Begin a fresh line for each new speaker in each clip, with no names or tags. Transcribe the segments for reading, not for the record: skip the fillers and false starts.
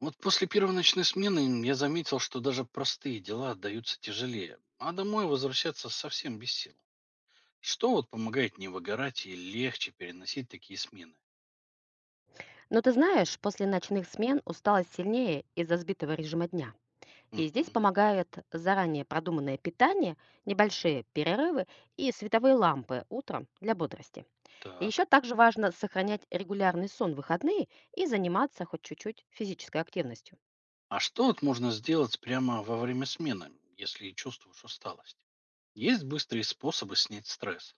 Вот после первой ночной смены я заметил, что даже простые дела отдаются тяжелее, а домой возвращаться совсем без сил. Что вот помогает не выгорать и легче переносить такие смены?
Но ты знаешь, после ночных смен усталость сильнее из-за сбитого режима дня. И
Мгм.
здесь помогают заранее продуманное питание, небольшие перерывы и световые лампы утром для бодрости. И еще
Так.
также важно сохранять регулярный сон в выходные и заниматься хоть чуть-чуть физической активностью.
А что вот можно сделать прямо во время смены, если чувствуешь усталость? Есть быстрые способы снять стресс?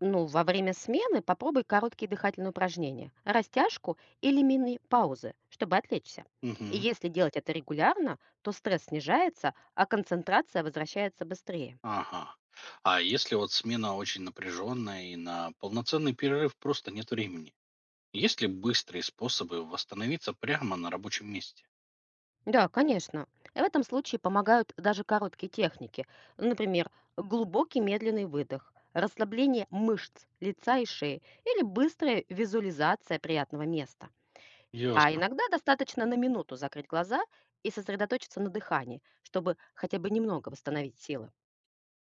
Ну, во время смены попробуй короткие дыхательные упражнения, растяжку или мини-паузы, чтобы отвлечься. И
Мгм.
если делать это регулярно, то стресс снижается, а концентрация возвращается быстрее.
Ага. А если вот смена очень напряженная и на полноценный перерыв просто нет времени? Есть ли быстрые способы восстановиться прямо на рабочем месте?
Да, конечно. В этом случае помогают даже короткие техники. Ну, например, глубокий медленный выдох, расслабление мышц лица и шеи или быстрая визуализация приятного места. А
Ясно.
иногда достаточно на минуту закрыть глаза и сосредоточиться на дыхании, чтобы хотя бы немного восстановить силы.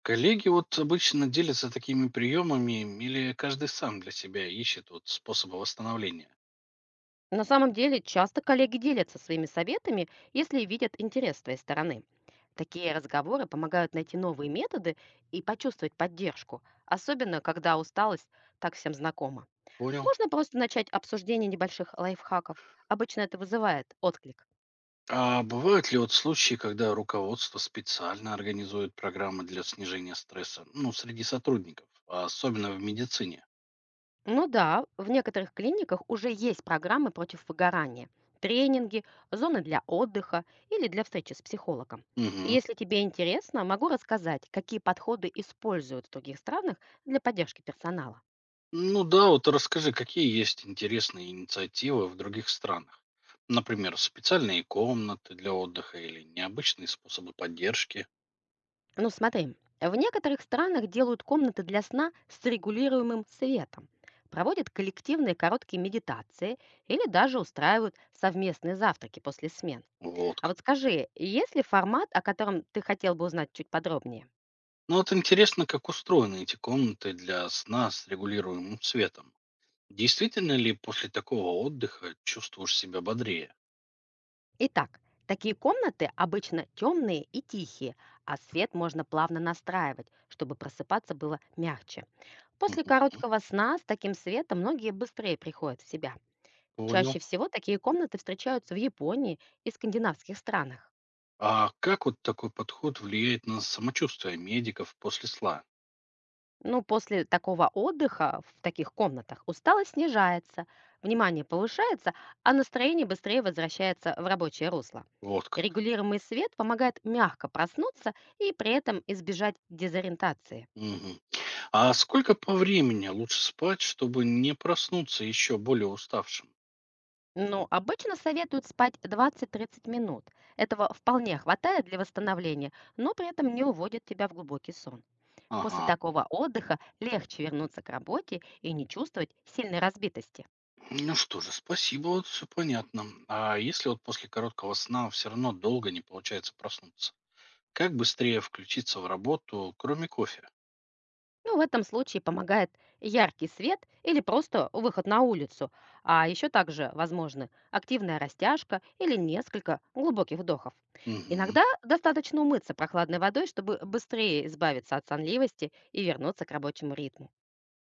Коллеги вот обычно делятся такими приемами или каждый сам для себя ищет вот способы восстановления?
На самом деле, часто коллеги делятся своими советами, если видят интерес с твоей стороны. Такие разговоры помогают найти новые методы и почувствовать поддержку, особенно когда усталость так всем знакома.
Понял.
Можно просто начать обсуждение небольших лайфхаков. Обычно это вызывает отклик.
А бывают ли вот случаи, когда руководство специально организует программы для снижения стресса, ну, среди сотрудников, а особенно в медицине?
Ну да, в некоторых клиниках уже есть программы против выгорания, тренинги, зоны для отдыха или для встречи с психологом.
Мгм.
Если тебе интересно, могу рассказать, какие подходы используют в других странах для поддержки персонала.
Ну да, вот расскажи, какие есть интересные инициативы в других странах? Например, специальные комнаты для отдыха или необычные способы поддержки?
Ну смотри, в некоторых странах делают комнаты для сна с регулируемым светом, проводят коллективные короткие медитации или даже устраивают совместные завтраки после смен.
Вот
А вот
как.
скажи, есть ли формат, о котором ты хотел бы узнать чуть подробнее?
Ну вот интересно, как устроены эти комнаты для сна с регулируемым светом. Действительно ли после такого отдыха чувствуешь себя бодрее?
Итак, такие комнаты обычно темные и тихие, а свет можно плавно настраивать, чтобы просыпаться было мягче. После
Мгм.
короткого сна с таким светом многие быстрее приходят в себя.
Понял.
Чаще всего такие комнаты встречаются в Японии и скандинавских странах.
А как вот такой подход влияет на самочувствие медиков после сна?
Ну, после такого отдыха в таких комнатах усталость снижается, внимание повышается, а настроение быстрее возвращается в рабочее русло.
Вот как.
Регулируемый свет помогает мягко проснуться и при этом избежать дезориентации.
Мгм. А сколько по времени лучше спать, чтобы не проснуться еще более уставшим?
Но обычно советуют спать 20-30 минут. Этого вполне хватает для восстановления, но при этом не уводит тебя в глубокий сон. После
Ага.
такого отдыха легче вернуться к работе и не чувствовать сильной разбитости.
Ну что же, спасибо, вот все понятно. А если вот после короткого сна все равно долго не получается проснуться? Как быстрее включиться в работу, кроме кофе?
Ну, в этом случае помогает яркий свет или просто выход на улицу, а еще также возможны активная растяжка или несколько глубоких вдохов.
Мгм.
Иногда достаточно умыться прохладной водой, чтобы быстрее избавиться от сонливости и вернуться к рабочему ритму.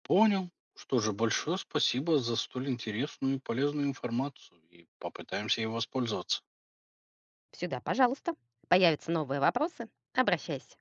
Понял. Что же, большое спасибо за столь интересную и полезную информацию. И попытаемся ей воспользоваться.
Сюда, пожалуйста. Появятся новые вопросы? Обращайся.